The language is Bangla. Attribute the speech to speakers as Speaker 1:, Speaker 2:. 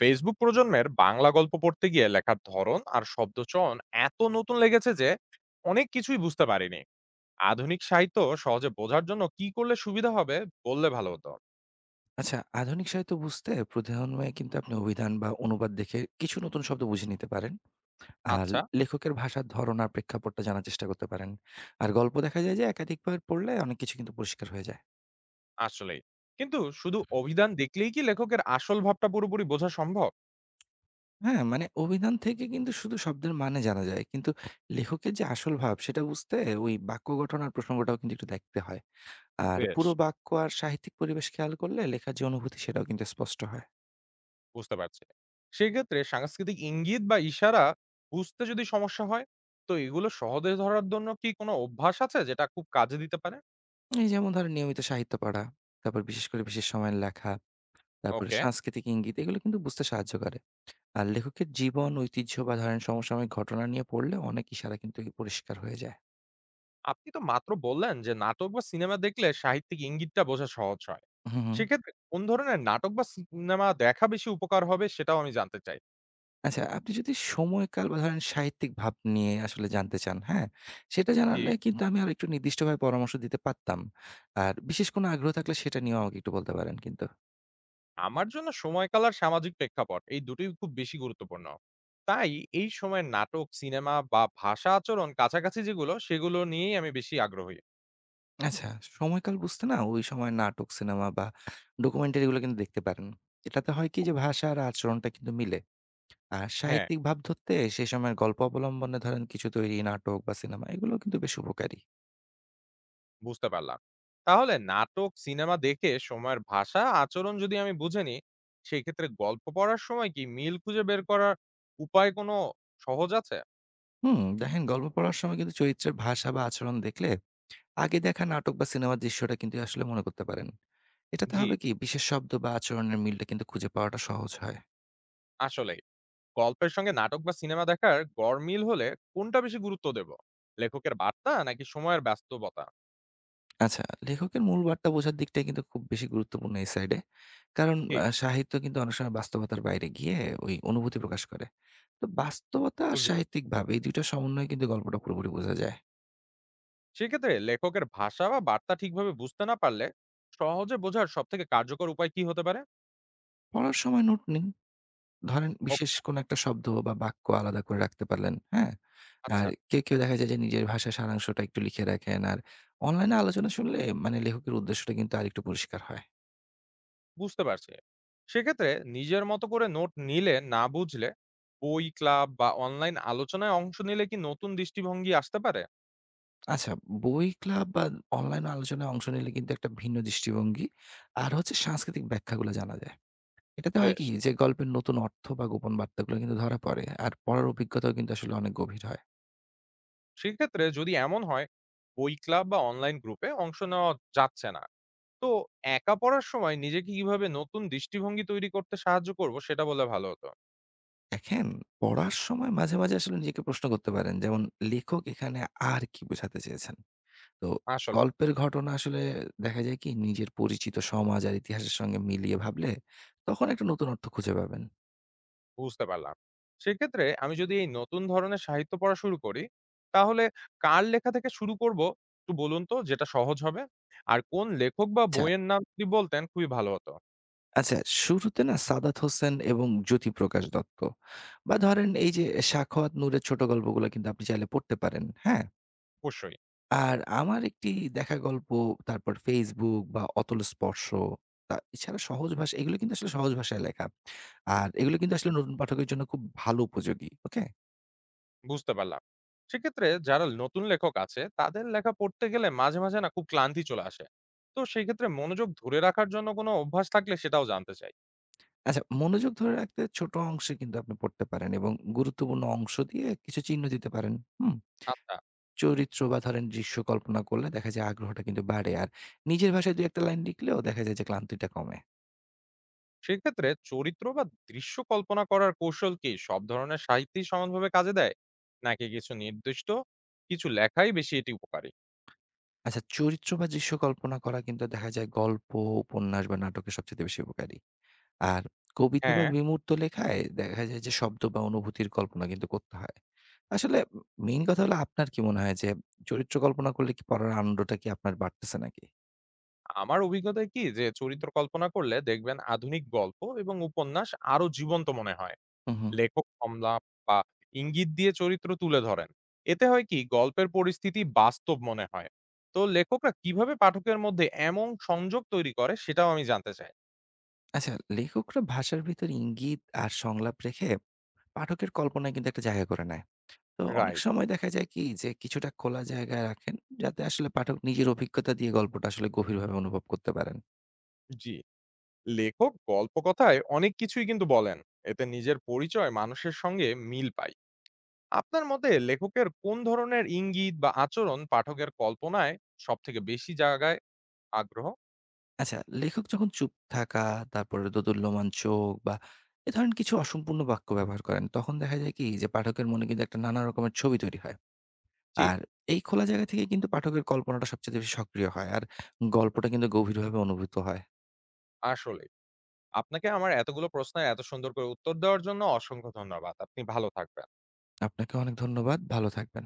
Speaker 1: ফেসবুক প্রজন্মের বাংলা গল্প পড়তে গিয়ে লেখার ধরন আর শব্দচয়ন এত নতুন লেগেছে যে অনেক কিছুই বুঝতে পারিনি। আধুনিক সাহিত্য সহজে বোঝার জন্য কি করলে সুবিধা হবে বললে ভালো হতো।
Speaker 2: আচ্ছা, আধুনিক সাহিত্য বুঝতে প্রধানময় কিন্তু আপনি অভিধান বা অনুবাদ দেখে কিছু নতুন শব্দ বুঝে নিতে পারেন। আর
Speaker 1: আচ্ছা।
Speaker 2: লেখকের ভাষার ধরন আর প্রেক্ষাপটটা জানার চেষ্টা করতে পারেন। আর গল্প দেখা যায় যে একাধিকবার পড়লে অনেক কিছু কিন্তু পরিষ্কার হয়ে যায়।
Speaker 1: আসলেই, কিন্তু শুধু অভিধান দেখলেই কি লেখকের আসল ভাবটা পুরোপুরি বোঝা সম্ভব?
Speaker 2: হ্যাঁ, মানে অভিধান থেকে কিন্তু শুধু শব্দের মানে জানা যায়। কিন্তু লেখকের যে আসল ভাব সেটা বুঝতে ওই বাক্য গঠন আর প্রসঙ্গটাও কিন্তু একটু দেখতে হয়। আর
Speaker 1: বেশ,
Speaker 2: পুরো বাক্য আর সাহিত্যিক পরিবেশ খেয়াল করলে লেখার যে অনুভূতি সেটাও কিন্তু স্পষ্ট হয়।
Speaker 1: বুঝতে পারছি। সেক্ষেত্রে সাংস্কৃতিক ইঙ্গিত বা ইশারা বুঝতে যদি সমস্যা হয়, তো এগুলো সহজে ধরার জন্য কি কোনো অভ্যাস আছে যেটা খুব কাজে দিতে পারে?
Speaker 2: এই যেমন ধরেন নিয়মিত সাহিত্য পড়া, তারপর বিশেষ করে বিশেষ সময়ের লেখা তারপরে
Speaker 1: ওকে।
Speaker 2: সাংস্কৃতিক ইঙ্গিত এগুলো কিন্তু বুঝতে সাহায্য করে। আর লেখকের জীবন, ঐতিহ্য বা ধরেন সমসাময়িক ঘটনা নিয়ে পড়লে অনেক ইশারা কিন্তু পরিষ্কার হয়ে যায়।
Speaker 1: আপনি তো মাত্র বললেন যে নাটক বা সিনেমা দেখলে সাহিত্যিক ইঙ্গিতটা বোঝা সহজ হয়।
Speaker 2: হুম, হুম।
Speaker 1: সেক্ষেত্রে কোন ধরনের নাটক বা সিনেমা দেখা বেশি উপকার হবে সেটাও আমি জানতে চাই।
Speaker 2: আচ্ছা আপনি যদি সময়কাল বা ধরেন সাহিত্যিক ভাব নিয়ে আসলে জানতে চান, হ্যাঁ? সেটা
Speaker 1: জি,
Speaker 2: জানালে কিন্তু আমি আরেকটু নির্দিষ্টভাবে পরামর্শ দিতে পারতাম। আর বিশেষ কোনো আগ্রহ থাকলে সেটা নিয়েও আমাকে একটু বলতে পারেন কিন্তু।
Speaker 1: আমার জন্য সময়কাল আর সামাজিক প্রেক্ষাপট এই দুটোই খুব বেশি গুরুত্বপূর্ণ। তাই এই সময় নাটক, সিনেমা বা ভাষা আচরণ কাছাকাছি যেগুলো সেগুলো নিয়েই আমি বেশি আগ্রহী।
Speaker 2: আচ্ছা, সময়কাল বুঝতে না ওই সময় নাটক, সিনেমা বা ডকুমেন্টারিগুলো কিন্তু দেখতে পারেন। এটাতে হয় কি যে ভাষা আর আচরণটা কিন্তু মিলে।
Speaker 1: হ্যাঁ।
Speaker 2: সাহিত্যিক ভাব ধরতে সে সময়ের গল্প অবলম্বনে ধরেন কিছু তৈরি নাটক বা সিনেমা এগুলো কিন্তু বেশ উপকারী।
Speaker 1: বুঝতে পারলাম। তাহলে নাটক, সিনেমা দেখে সময়ের ভাষা, আচরণ যদি আমি বুঝে নিই, সেই ক্ষেত্রে গল্প পড়ার সময় কি মিল খুঁজে বের করার উপায় কোনো সহজ আছে?
Speaker 2: হুম, দেখেন গল্প পড়ার সময় কিন্তু চরিত্রের ভাষা বা আচরণ দেখলে আগে দেখা নাটক বা সিনেমার দৃশ্যটা কিন্তু আসলে মনে করতে পারেন। এটাতে
Speaker 1: জি,
Speaker 2: হবে কি বিশেষ শব্দ বা আচরণের মিলটা কিন্তু খুঁজে পাওয়াটা সহজ হয়।
Speaker 1: আসলেই। গল্পের সঙ্গে নাটক বা সিনেমা দেখার গড় মিল হলে কোনটা বেশি গুরুত্ব দেব? লেখকের বার্তা নাকি সময়ের ব্যস্ততা?
Speaker 2: আচ্ছা, লেখকের মূল বার্তা বোঝার দিকটাই কিন্তু খুব বেশি গুরুত্বপূর্ণ এই সাইডে। কারণ
Speaker 1: ঠিক,
Speaker 2: সাহিত্য কিন্তু অনেক সময় বাস্তবতার বাইরে গিয়ে ওই অনুভূতি প্রকাশ করে। তো বাস্তবতা আর
Speaker 1: বুঝি।
Speaker 2: সাহিত্যিক ভাব এই ২ টা সমন্বয়ে কিন্তু গল্পটা পুরোপুরি বোঝা যায়।
Speaker 1: সেক্ষেত্রে লেখকের ভাষা বা বার্তা ঠিকভাবে বুঝতে না পারলে সহজে বোঝার সবথেকে কার্যকর উপায় কি হতে পারে?
Speaker 2: পড়ার সময় নোট নিন। ধরেন
Speaker 1: ও
Speaker 2: বিশেষ কোনো একটা শব্দ বা বাক্য আলাদা করে রাখতে পারলেন, হ্যাঁ?
Speaker 1: আচ্ছা।
Speaker 2: আর কেউ দেখা যায় যে নিজের ভাষায় সারাংশটা একটু লিখে রাখেন। আর অনলাইনে আলোচনা শুনলে মানে লেখকের উদ্দেশ্যটা কিন্তু আরেকটু পরিষ্কার হয়।
Speaker 1: বুঝতে পারছি। সেক্ষেত্রে নিজের মতো করে নোট নিলে না বুঝলে বই ক্লাব বা অনলাইন আলোচনায় অংশ নিলে কি নতুন দৃষ্টিভঙ্গি আসতে পারে?
Speaker 2: আচ্ছা, বই ক্লাব বা অনলাইন আলোচনায় অংশ নিলে কিন্তু একটা ভিন্ন দৃষ্টিভঙ্গি আর হচ্ছে সাংস্কৃতিক ব্যাখ্যাগুলো জানা যায়। এটাতে হয়
Speaker 1: বেশ।
Speaker 2: কি যে গল্পের নতুন অর্থ বা গোপন বার্তাগুলো কিন্তু ধরা পড়ে। আর পড়ার অভিজ্ঞতাও কিন্তু আসলে অনেক গভীর হয়।
Speaker 1: সেক্ষেত্রে যদি এমন হয় বই ক্লাব বা অনলাইন গ্রুপে অংশ নেওয়া যাচ্ছে না, তো একা পড়ার সময় নিজেকে কিভাবে নতুন দৃষ্টিভঙ্গি তৈরি করতে সাহায্য করব সেটা বললে ভালো হতো।
Speaker 2: দেখেন, পড়ার সময় মাঝে মাঝে আসলে নিজেকে প্রশ্ন করতে পারেন। যেমন লেখক এখানে আর কি বোঝাতে চেয়েছেন? তো
Speaker 1: আসলে
Speaker 2: গল্পের ঘটনা আসলে দেখা যায় কি নিজের পরিচিত সমাজ আর ইতিহাসের সঙ্গে মিলিয়ে ভাবলে তখন একটা নতুন অর্থ খুঁজে পাবেন।
Speaker 1: বুঝতে পারলাম। সেক্ষেত্রে আমি যদি এই নতুন ধরনের সাহিত্য পড়া শুরু করি, তাহলে কার লেখা থেকে শুরু করব? একটু বলুন তো যেটা সহজ হবে। আর কোন লেখক বা
Speaker 2: আচ্ছা,
Speaker 1: বইয়ের নাম যদি বলতেন খুবই ভালো হতো।
Speaker 2: আচ্ছা, শুরুতে না সাদাত হোসেন এবং জ্যোতিপ্রকাশ দত্ত বা ধরেন এই যে সাখাওয়াত নূরের ছোট গল্পগুলো কিন্তু আপনি চাইলে পড়তে পারেন। হ্যাঁ?
Speaker 1: অবশ্যই।
Speaker 2: আর আমার একটি দেখা গল্প তারপর Facebook বা অতল স্পর্শ তা এছাড়া সহজ ভাষা এগুলো কিন্তু আসলে সহজ ভাষায় লেখা। আর এগুলো কিন্তু আসলে নতুন পাঠকের জন্য খুব ভালো উপযোগী। ওকে?
Speaker 1: বুঝতে পারলাম। সেক্ষেত্রে যারা নতুন লেখক আছে তাদের লেখা পড়তে গেলে মাঝে, মাঝে না খুব ক্লান্তি চলে আসে। তো সেই ক্ষেত্রে মনোযোগ ধরে রাখার জন্য কোনো অভ্যাস থাকলে সেটাও জানতে চাই।
Speaker 2: আচ্ছা, মনোযোগ ধরে রাখতে ছোট অংশে কিন্তু আপনি পড়তে পারেন এবং গুরুত্বপূর্ণ অংশ দিয়ে কিছু চিহ্ন দিতে পারেন। হুম?
Speaker 1: আচ্ছা।
Speaker 2: চরিত্র বা ধরেন দৃশ্য কল্পনা করলে দেখা যায় আগ্রহটা কিন্তু বাড়ে। আর নিজের ভাষায় ২-১ টা লাইন লিখলেও দেখা যায় যে ক্লান্তিটা কমে।
Speaker 1: সেক্ষেত্রে চরিত্র বা দৃশ্য কল্পনা করার কৌশল কি সব ধরনের সাহিত্যই সমানভাবে কাজে দেয়, নাকি কিছু নির্দিষ্ট কিছু লেখাই বেশি এটি উপকারী?
Speaker 2: আচ্ছা, চরিত্র বা দৃশ্য কল্পনা করা কিন্তু দেখা যায় গল্প, উপন্যাস বা নাটকে সবচাইতে বেশি উপকারী। আর কবিতা বা
Speaker 1: হ্যাঁ।
Speaker 2: বিমূর্ত লেখায় দেখা যায় যে শব্দ বা অনুভূতির কল্পনা কিন্তু করতে হয়। আসলে মেইন কথা হলো আপনার কি মনে হয় যে চরিত্র কল্পনা করলে কি পড়ার আনন্দটা কি আপনার বাড়তেছে নাকি?
Speaker 1: আমার অভিজ্ঞতায় কি যে চরিত্র কল্পনা করলে দেখবেন আধুনিক গল্প এবং উপন্যাস আরো জীবন্ত মনে হয়।
Speaker 2: হু, হু।
Speaker 1: লেখক সংলাপ বা ইঙ্গিত দিয়ে চরিত্র তুলে ধরেন, এতে হয় কি গল্পের পরিস্থিতি বাস্তব মনে হয়। তো লেখকরা কিভাবে পাঠকের মধ্যে এমন সংযোগ তৈরি করে সেটাও আমি জানতে চাই।
Speaker 2: আচ্ছা, লেখকরা ভাষার ভিতরে ইঙ্গিত আর সংলাপ রেখে পাঠকের কল্পনায় কিন্তু একটা জায়গা করে নেয়। তো অনেক
Speaker 1: রাইট।
Speaker 2: সময় দেখা যায় কি যে কিছুটা খোলা জায়গায় রাখেন যাতে আসলে পাঠক নিজের অভিজ্ঞতা দিয়ে গল্পটা আসলে গভীরভাবে অনুভব করতে পারেন।
Speaker 1: জি, লেখক গল্পকথায় অনেক কিছুই কিন্তু বলেন, এতে নিজের পরিচয় মানুষের সঙ্গে মিল পাই। আপনার মতে লেখকের কোন ধরনের ইঙ্গিত বা আচরণ পাঠকের কল্পনায় সব থেকে বেশি জায়গায় আগ্রহ?
Speaker 2: আচ্ছা, লেখক যখন চুপ থাকা, তারপরে দোদুল্যমান চোখ বা এ ধরনের কিছু অসম্পূর্ণ বাক্য ব্যবহার করেন, তখন দেখা যায় কি যে পাঠকের মনে কিন্তু একটা নানা রকমের ছবি তৈরি হয়।
Speaker 1: জি,
Speaker 2: আর এই খোলা জায়গা থেকে কিন্তু পাঠকের কল্পনাটা সবচেয়ে বেশি সক্রিয় হয় আর গল্পটা কিন্তু গভীরভাবে অনুভূত হয়।
Speaker 1: আসলে আপনাকে আমার এতগুলো প্রশ্নের এত সুন্দর করে উত্তর দেওয়ার জন্য অসংখ্য ধন্যবাদ। আপনি ভালো থাকবেন।
Speaker 2: আপনাকে অনেক ধন্যবাদ। ভালো থাকবেন।